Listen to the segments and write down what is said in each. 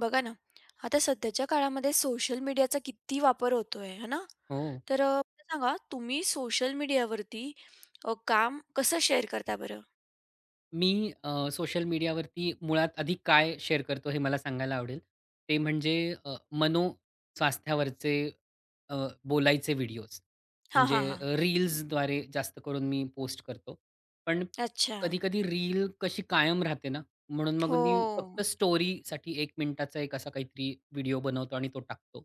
बघा ना, आता सध्याच्या काळामध्ये सोशल मीडियाचा किती वापर होतोय, है, ना? हो. तर मला सांगा तुम्ही सोशल मीडियावरती काम कसं शेअर करता बरं? मी सोशल मीडियावरती मुळात आधी काय शेअर करतो हे मला सांगायला आवडेल. ते म्हणजे मनोस्वास्थ्यावरचे अ, बोलायचे व्हिडिओज. हां, म्हणजे हां, हां. रील्सद्वारे जास्त करून मी पोस्ट करतो. पण अच्छा. कधी-कधी रील कशी कायम राहते ना, म्हणून मग हो. मी फक्त स्टोरीसाठी 1 मिनिटाचा एक असा काहीतरी व्हिडिओ बनवतो आणि तो टाकतो.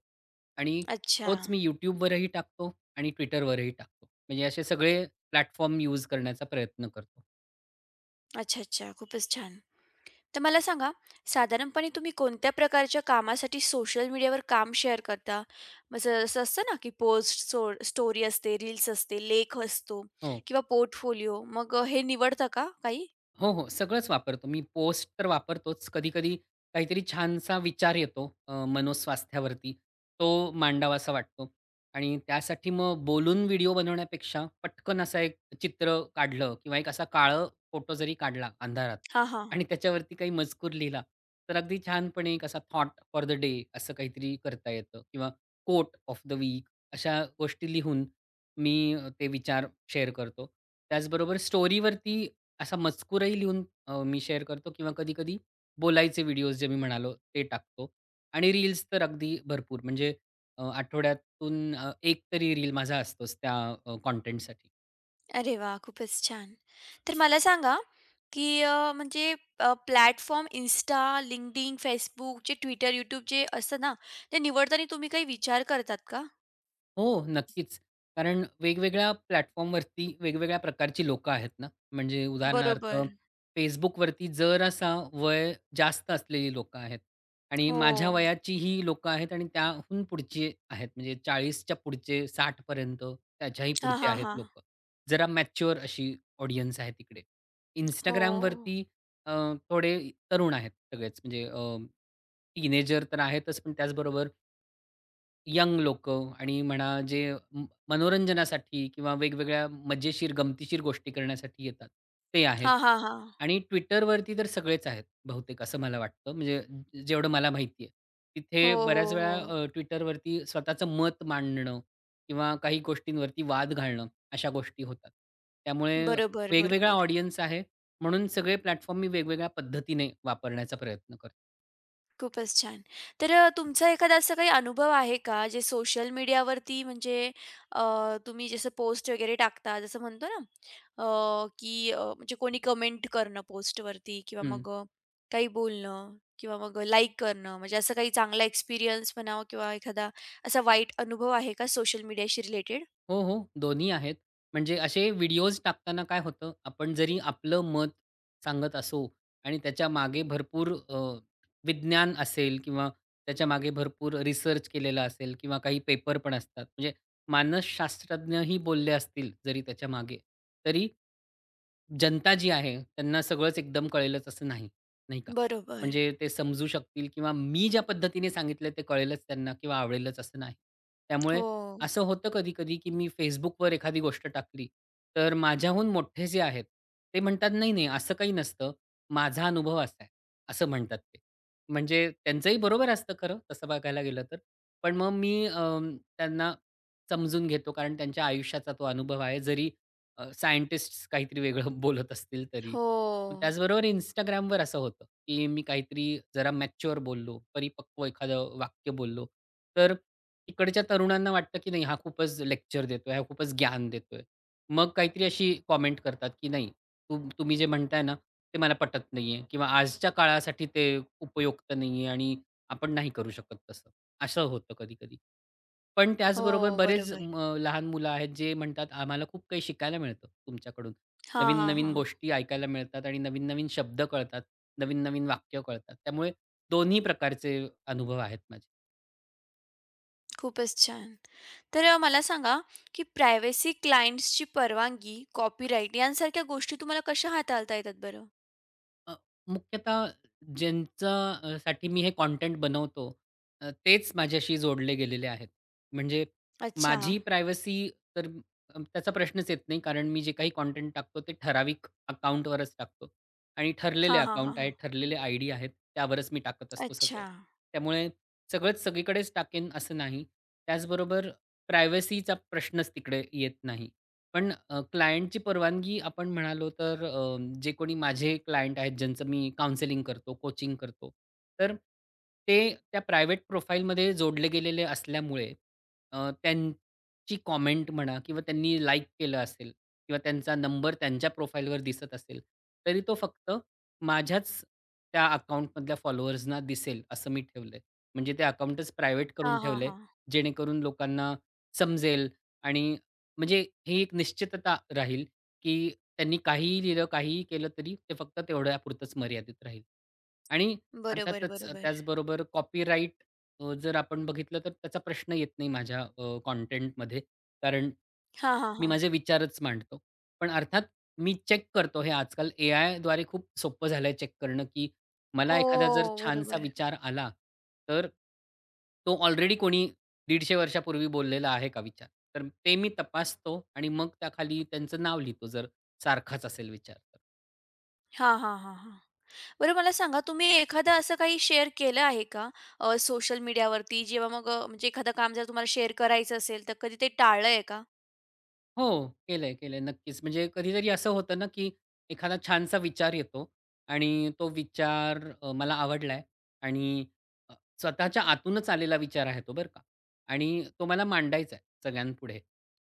आणि अच्छा. तोच मी YouTubeवरही टाकतो आणि Twitterवरही टाकतो. म्हणजे असे सगळे प्लॅटफॉर्म यूज करण्याचा प्रयत्न करतो. अच्छा, अच्छा. खूपच छान. तर मला सांगा साधारणपणे तुम्ही कोणत्या प्रकारच्या कामासाठी सोशल मीडियावर काम शेअर करता? म्हणजे असं असतं ना, की पोस्ट, स्टोरी असते, रील्स असते, लेख असतो हो. किंवा पोर्टफोलिओ. मग हे निवडता का काही? हो, हो. सगळंच वापरतो. मी पोस्ट तर वापरतोच. कधी-कधी काहीतरी छानसा विचार येतो मनोस्वास्थ्यावरती. तो मांडावासा वाटतो आणि त्यासाठी मग बोलून व्हिडिओ बनवण्यापेक्षा पटकन असा एक चित्र काढलं किंवा एक असा काळं फोटो जरी काढला अंधारात हां, हां. आणि त्याच्यावरती काही मजकूर लिहिला, तर अगदी छानपणे एक असा थॉट फॉर द डे असं काहीतरी करता येतं किंवा कोट ऑफ द वीक अशा गोष्टी लिहून मी ते विचार शेअर करतो. त्याचबरोबर स्टोरीवरती असा मजकूरही लिहून मी शेअर करतो किंवा कधी-कधी बोलायचे व्हिडिओज जे मी म्हणालो ते टाकतो. आणि रील्स तर अगदी भरपूर म्हणजे आठवड्यातून 1 तरी रील माझा असतोच त्या कंटेंटसाठी. अरे वाह! खूपच छान. तर मला सांगा, की म्हणजे प्लॅटफॉर्म Insta, LinkedIn, Facebook, जे Twitter, YouTube जे असतं ना, ते निवडताना तुम्ही काही विचार करतात का? हो, नक्कीच. कारण वेगवेगळ्या प्लॅटफॉर्मवरती वेगवेगळ्या प्रकारची लोकं आहेत ना. म्हणजे उदाहरणार्थ बरोबर. Facebookवरती जरासा वय जास्त असलेली लोकं आहेत आणि माझ्या हो. वयाची ही लोकं आहेत आणि त्याहून पुढची आहेत. म्हणजे 40च्या पुढचे 60 त्याच्याही हां, पुढचे हां, आहेत हां. लोकं. जरा मॅच्युअर अशी ऑडियन्स आहे तिकडे. हो. Instagramवरती अ, थोडे तरुण आहेत सगळेच म्हणजे टीनेजर तर आहेतच, पण त्याचबरोबर यंग लोकं आणि म्हणा जे मनोरंजनासाठी किंवा वेगवेगळ्या मजेशीर, गमतीशीर गोष्टी करण्यासाठी येतात, ते आहेत. हां, हां, हां. आणि Twitterवरती तर सगळेच आहेत बहुतेक असं मला वाटतं. म्हणजे जेवढं मला माहिती आहे. हो, तिथे हो, बऱ्याच हो. वेळा Twitterवरती स्वतःचं मत मांडणं किंवा काही गोष्टींवरती वाद घालणं अशा गोष्टी होतात. त्यामुळे बरोबर, वेगवेगळा बरोबर. ऑडियन्स आहे म्हणून सगळे प्लॅटफॉर्म मी वेगवेगळ्या पद्धतीने वापरण्याचा प्रयत्न करतो. खूपच छान. तर तुमचा एखादा असा काही अनुभव आहे का, जे सोशल मीडियावरती म्हणजे अ, तुम्ही जसं पोस्ट वगैरे टाकता, जसं म्हणतो ना, म्हणजे कोणी कमेंट करणं पोस्टवरती किंवा हं. मग काही बोलणं किंवा मग लाईक करणं, म्हणजे असं काही चांगला एक्सपिरियन्स म्हणावा किंवा एखादा असा वाईट अनुभव आहे का सोशल मीडियाशी रिलेटेड? हो, हो. दोन्ही आहेत. म्हणजे असे व्हिडिओज टाकताना काय होतं, आपण जरी आपलं मत सांगत असो आणि त्याच्या मागे भरपूर विज्ञान असेल किंवा त्याच्या मागे भरपूर रिसर्च केलेला असेल किंवा काही पेपर पण असतात. म्हणजे मानसशास्त्रज्ञही बोलले असतील जरी त्याच्यामागे, तरी जनता जी आहे, त्यांना सगळंच एकदम कळेलच असं नाही, नाही का? बरोबर. म्हणजे ते समजू शकतील किंवा मी ज्या पद्धतीने सांगितलं ते कळेलच त्यांना किंवा आवडेलच असं नाही. त्यामुळे हो. असं होतं कधी-कधी, की मी Facebookवर एखादी गोष्ट टाकली, तर माझ्याहून मोठे जे आहेत, ते म्हणतात, "नाही, नाही, असं काही नसतं. माझा अनुभव असा आहे." असं म्हणतात ते. म्हणजे त्यांचंही बरोबर असतं खरं तसं बघायला गेलं तर. पण मग मी त्यांना समजून घेतो कारण त्यांच्या आयुष्याचा तो अनुभव आहे. जरी सायंटिस्ट्स काहीतरी वेगळं बोलत असतील तरी. मग हो. त्याचबरोबर Instagramवर असं होतं, की मी काहीतरी जरा मॅच्युअर बोललो, परिपक्व एखादं वाक्य बोललो, तर तिकडच्या तरुणांना वाटतं, की नाही हा खूपच लेक्चर देतोय, हा खूपच ज्ञान देतोय. मग काहीतरी अशी कॉमेंट करतात, की नाही तुम्ही जे म्हणताय ना, ते मला पटत नाहीये किंवा आजच्या काळासाठी ते उपयुक्त नाहीये आणि आपण नाही करू शकत तसं. असं होतं कधी-कधी. पण हो, त्याचबरोबर बरेच बरोबर. लहान मुलं आहेत जे म्हणतात, "आम्हाला खूप काही शिकायला मिळतं तुमच्याकडून. हां, हां, नवीन-नवीन हां. गोष्टी ऐकायला मिळतात आणि नवीन-नवीन शब्द कळतात, नवीन-नवीन वाक्य कळतात." त्यामुळे दोन्ही प्रकारचे अनुभव आहेत. खूपच छान. तर मला सांगा, की प्रायव्हसी, क्लायंट्सची परवानगी, कॉपीराइट यांसारख्या गोष्टी तुम्हाला कशा हाताळता येतात बरं? अ, मुख्यतः ज्यांचा साठी मी हे कॉन्टेंट बनवतो तेच माझ्याशी जोडले गेलेले आहेत. म्हणजे अच्छा. माझी प्रायव्हसी तर त्याचा प्रश्नच येत नाही. कारण मी जे काही कॉन्टेंट टाकतो ते ठराविक अकाउंटवरच टाकतो आणि ठरलेले हां, हां, हां, अकाउंट हां. आहेत, ठरलेले आयडी आहेत, त्यावरच मी टाकत असतो सगळं. अच्छा. त्यामुळे सगळंच सगळीकडेच टाकेन असं नाही. त्याचबरोबर प्रायव्हसीचा प्रश्नच तिकडे येत नाही. पण क्लायंटची परवानगी आपण म्हणालो तर जे कोणी माझे क्लायंट आहेत ज्यांचं मी काउन्सिलिंग करतो, कोचिंग करतो. तर ते त्या प्रायव्हेट प्रोफाईलमध्ये जोडले गेलेले असल्यामुळे त्यांची कॉमेंट म्हणा किंवा त्यांनी लाइक केलं असेल किंवा त्यांचा नंबर त्यांच्या प्रोफाईलवर दिसत असेल, तरी तो फक्त माझ्याच त्या अकाउंटमधल्या फॉलोअर्सना दिसेल असं मी ठेवलंय. म्हणजे ते अकाउंटच प्रायव्हेट हां, करून हां, ठेवलंय, हां. जेणेकरून लोकांना समजेल आणि म्हणजे ही एक निश्चितता राहील, की त्यांनी काहीही लिहिलं, काहीही केलं तरी ते फक्त तेवढ्यापुरतंच मर्यादित राहील. आणि बरोबर, अर्थातच बरोबर. त्याचबरोबर कॉपीराइट जर आपण बघितलं तर त्याचा प्रश्न येत नाही माझ्या. कारण हां, हां, मी हां. माझे विचारच मांडतो. पण अर्थात मी चेक करतो हे आजकाल एआयद्वारे खूप सोपं झालंय चेक करणं, की हो, मला एखादा जर छानसा बरोबर. विचार आला, तर तो ऑलरेडी कोणी 150 वर्षापूर्वी बोललेला आहे का विचार? तर ते मी तपासतो आणि मग त्याखाली त्यांचं नाव लिहितो, जर सारखाच असेल विचार. हां, हां, हां, हां. बरं मला सांगा तुम्ही एखादं असं काही शेअर केलं आहे का? सोशल मीडियावरती जेव्हा मग म्हणजे एखादं काम जर तुम्हाला शेअर करायचं असेल, तर कधी ते टाळलं आहे का? हो. केलंय, केलंय. नक्कीच. म्हणजे कधीतरी असं होतं ना, की एखादा छानसा विचार येतो आणि तो विचार मला आवडलाय आणि अ, स्वतःच्या आतूनच आलेला विचार आहे तो बरं का आणि तो मला मांडायचा आहे सगळ्यांपुढे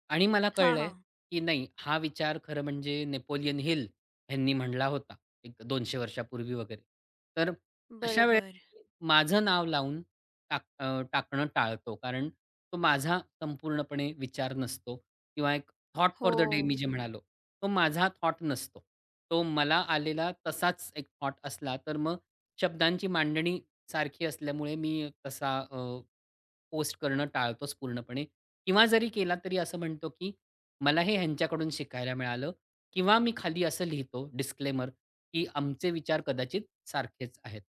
आणि मला हां, कळलंय, हां. की नाही हा विचार खरं म्हणजे नेपोलियन हिल ह्यांनी म्हणला होता एक 200 वर्षापूर्वी वगैरे. तर अशा बरोबर. वेळेस माझं नाव लावून टाकणं टाळतो. कारण तो माझा संपूर्णपणे विचार नसतो किंवा एक थॉट हो. फॉर द डे मी जे म्हणालो, तो माझा थॉट नसतो. तो मला आलेला तसाच एक थॉट असला, तर मग शब्दांची मांडणी सारखी असल्यामुळे मी तसा पोस्ट करणं टाळतोच पूर्णपणे किंवा जरी केला तरी असं म्हणतो, की मला हे ह्यांच्याकडून शिकायला मिळालं किंवा मी खाली असं लिहितो डिस्क्लेमर, की आमचे विचार कदाचित सारखेच आहेत.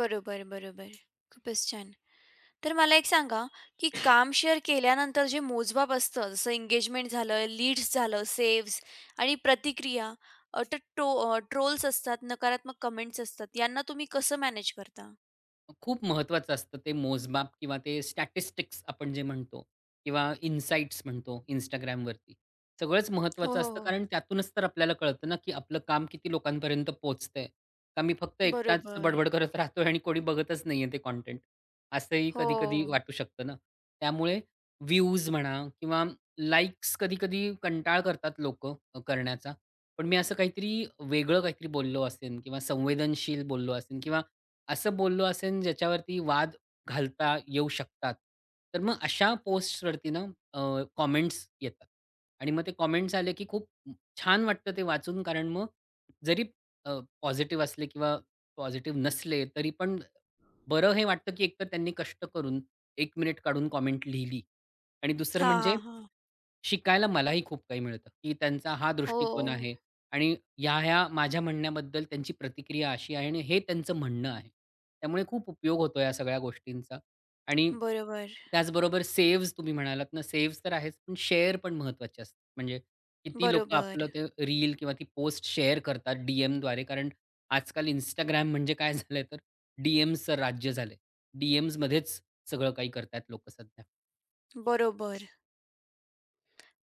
बरोबर, बरोबर. खूपच छान. तर मला एक सांगा, की काम शेअर केल्यानंतर जे मोजमाप असतं, जसं एंगेजमेंट झालं, लीड्स झालं, सेव्हज आणि प्रतिक्रिया, अ, तर टो अ, ट्रोल्स असतात, नकारात्मक कमेंट्स असतात, यांना तुम्ही कसं मॅनेज करता? खूप महत्त्वाचं असतं ते मोजमाप किंवा ते स्टॅटिस्टिक्स आपण जे म्हणतो किंवा इन्साइट्स म्हणतो Instagramवरती. सगळंच हो, महत्त्वाचं हो, असतं हो. कारण त्यातूनच तर आपल्याला कळतं ना, की आपलं काम किती लोकांपर्यंत पोहोचतंय. का मी फक्त एकटाच बरोबर. बडबड करत राहतोय आणि कोणी बघतच नाहीये ते कंटेंट. असंही हो. कधी-कधी वाटू शकतं ना. त्यामुळे व्ह्यूज म्हणा किंवा लाइक्स कधी-कधी कंटाळ करतात लोकं करण्याचा. पण मी असं काहीतरी वेगळं काहीतरी बोललो असेन किंवा संवेदनशील बोललो असेन किंवा असं बोललो असेन ज्याच्यावरती वाद घालता येऊ शकतात. तर मग अशा पोस्ट्सवरती ना कॉमेंट्स येतात आणि मग ते कॉमेंट्स आले की खूप छान वाटतं ते वाचून कारण मग जरी पॉझिटिव्ह असले किंवा पॉझिटिव्ह नसले तरी पण बरं हे वाटतं की एकतर त्यांनी कष्ट करून 1 मिनिट काढून कॉमेंट लिहिली आणि दुसरं हां, म्हणजे हां, हां. शिकायला मलाही खूप काही मिळतं, की त्यांचा हा हो. दृष्टिकोन आहे. आणि ह्या-ह्या माझ्या म्हणण्याबद्दल त्यांची प्रतिक्रिया अशी आहे आणि हे त्यांचं म्हणणं आहे. त्यामुळे खूप उपयोग होतो या सगळ्या गोष्टींचा आणि बरोबर. त्याचबरोबर सेव्हज तुम्ही म्हणालात ना, सेव्हज तर आहेच, पण शेअर पण महत्त्वाचे असतात. म्हणजे किती लोकं बरोबर. आपलं ते रील किंवा ती पोस्ट शेअर करतात डीएमद्वारे. कारण आजकाल Instagram म्हणजे काय झालंय तर डीएम्सचं राज्य झालंय. डीएम्समध्येच सगळं काही करतायत लोकं सध्या. बरोबर.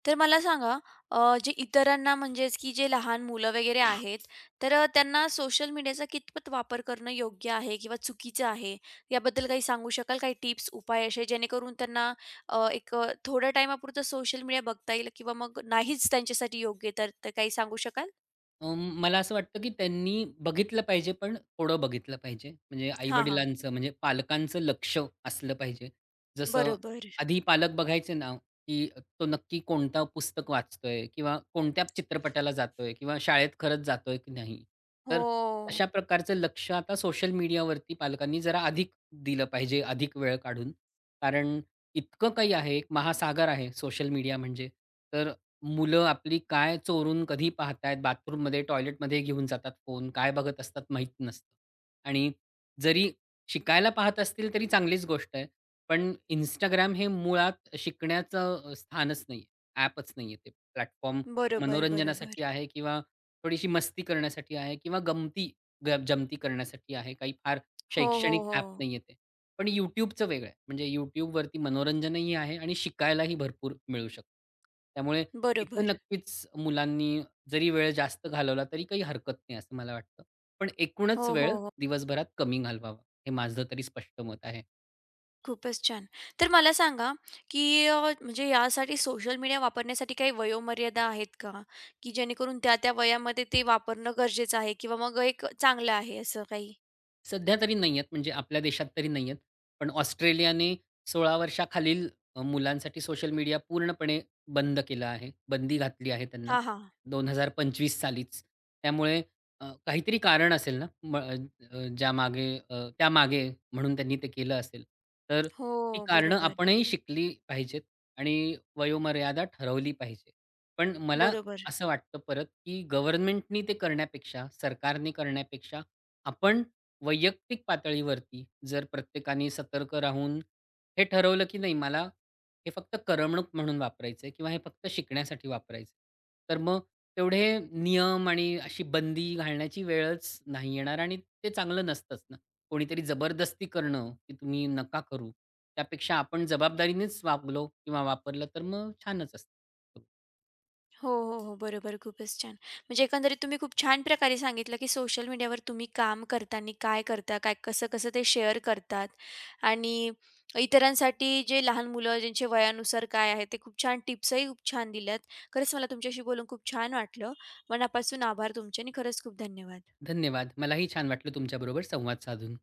तर मला सांगा जे इतरांना म्हणजेच की जे लहान मुलं वगैरे आहेत, तर त्यांना सोशल मीडियाचा कितपत वापर करणं योग्य आहे किंवा चुकीचं आहे? याबद्दल काही सांगू शकाल? काही टिप्स, उपाय असे जेणेकरून त्यांना थोड्या टाईमापुरतं सोशल मीडिया बघता येईल किंवा मग नाहीच त्यांच्यासाठी योग्य तर तर काही सांगू शकाल? अं, मला असं वाटतं, की त्यांनी बघितलं पाहिजे, पण थोडं बघितलं पाहिजे. म्हणजे हां, हां. आई-वडिलांचं, म्हणजे पालकांचं लक्ष असलं पाहिजे. जसं बरोबर. आधी पालक बघायचे ना, की तो नक्की कोणता पुस्तक वाचतोय किंवा कोणत्या चित्रपटाला जातोय किंवा शाळेत खरंच जातोय की नाही. तर हो. अशा प्रकारचं लक्ष आता सोशल मीडियावरती पालकांनी जरा अधिक दिलं पाहिजे, अधिक वेळ काढून. कारण इतकं काही आहे, एक महासागर आहे सोशल मीडिया म्हणजे. तर मुलं आपली काय चोरून कधी पाहतायत, बाथरूममध्ये, टॉयलेटमध्ये घेऊन जातात फोन, काय बघत असतात माहीत नसतं. आणि जरी शिकायला पाहत असतील तरी चांगलीच गोष्ट आहे. पण इंस्टाग्राम हे मुळात शिकण्याचं स्थानच नाहीये, ॲपच नाहीये ते प्लॅटफॉर्म. बरोबर, मनोरंजनासाठी बरोबर. आहे किंवा थोडीशी मस्ती करण्यासाठी आहे किंवा गमती ग जमती करण्यासाठी आहे. काही फार हो, हो, शैक्षणिक हो. ॲप नाहीये ते. पण YouTubeचं वेगळं आहे. म्हणजे YouTubeवरती मनोरंजनही आहे आणि शिकायलाही भरपूर मिळू शकतं. त्यामुळे तिथं बरोबर. नक्कीच मुलांनी जरी वेळ जास्त घालवला तरी काही हरकत नाही असं मला वाटतं. पण एकूणच हो, वेळ हो, हो. दिवसभरात कमी घालवावा, हे माझं तरी स्पष्ट मत आहे. खूपच छान. तर मला सांगा, की म्हणजे यासाठी सोशल मीडिया वापरण्यासाठी काही वयोमर्यादा आहेत का? की जेणेकरून त्या-त्या वयामध्ये ते वापरणं गरजेचं आहे किंवा मग एक चांगलं आहे असं काही? सध्या तरी नाही आहेत, म्हणजे आपल्या देशात तरी नाही आहेत. पण ऑस्ट्रेलियाने 16 वर्षाखालील मुलांसाठी सोशल मीडिया पूर्णपणे बंद केला आहे. बंदी घातली आहे त्यांना हां, हां. 2025 सालीच. त्यामुळे काहीतरी कारण असेल ना, ज्यामागे त्यामागे म्हणून त्यांनी ते केलं असेल. तर ती हो, कारणं बरोबर. आपणही शिकली पाहिजेत आणि वयोमर्यादा ठरवली पाहिजे. पण मला बरोबर. असं वाटतं परत, की गव्हर्नमेंटनी ते करण्यापेक्षा, सरकारने करण्यापेक्षा आपण वैयक्तिक पातळीवरती जर प्रत्येकाने सतर्क राहून हे ठरवलं की नाही मला हे फक्त करमणूक म्हणून वापरायचं आहे किंवा हे फक्त शिकण्यासाठी वापरायचं आहे. तर मग तेवढे नियम आणि अशी बंदी घालण्याची वेळच नाही येणार आणि ते चांगलं नसतंच ना. कोणीतरी जबरदस्ती करणं की तुम्ही नका करू. त्यापेक्षा आपण जबाबदारीनेच वागलो किंवा वापरलं तर मग छानच असतं. हो, हो, हो. बरोबर. खूपच छान. म्हणजे एकंदरीत तुम्ही खूप छान प्रकारे सांगितलं, की सोशल मीडियावर तुम्ही काम करतांनी काय करता? काय कसं-कसं ते शेअर करतात आणि इतरांसाठी जे लहान मुलं ज्यांच्या वयानुसार काय आहे ते खूप छान टिप्सही खूप छान दिल्यात. खरंच मला तुमच्याशी बोलून खूप छान वाटलं. मनापासून आभार तुमचे आणि खरंच खूप धन्यवाद. धन्यवाद. मलाही छान वाटलं तुमच्याबरोबर संवाद साधून.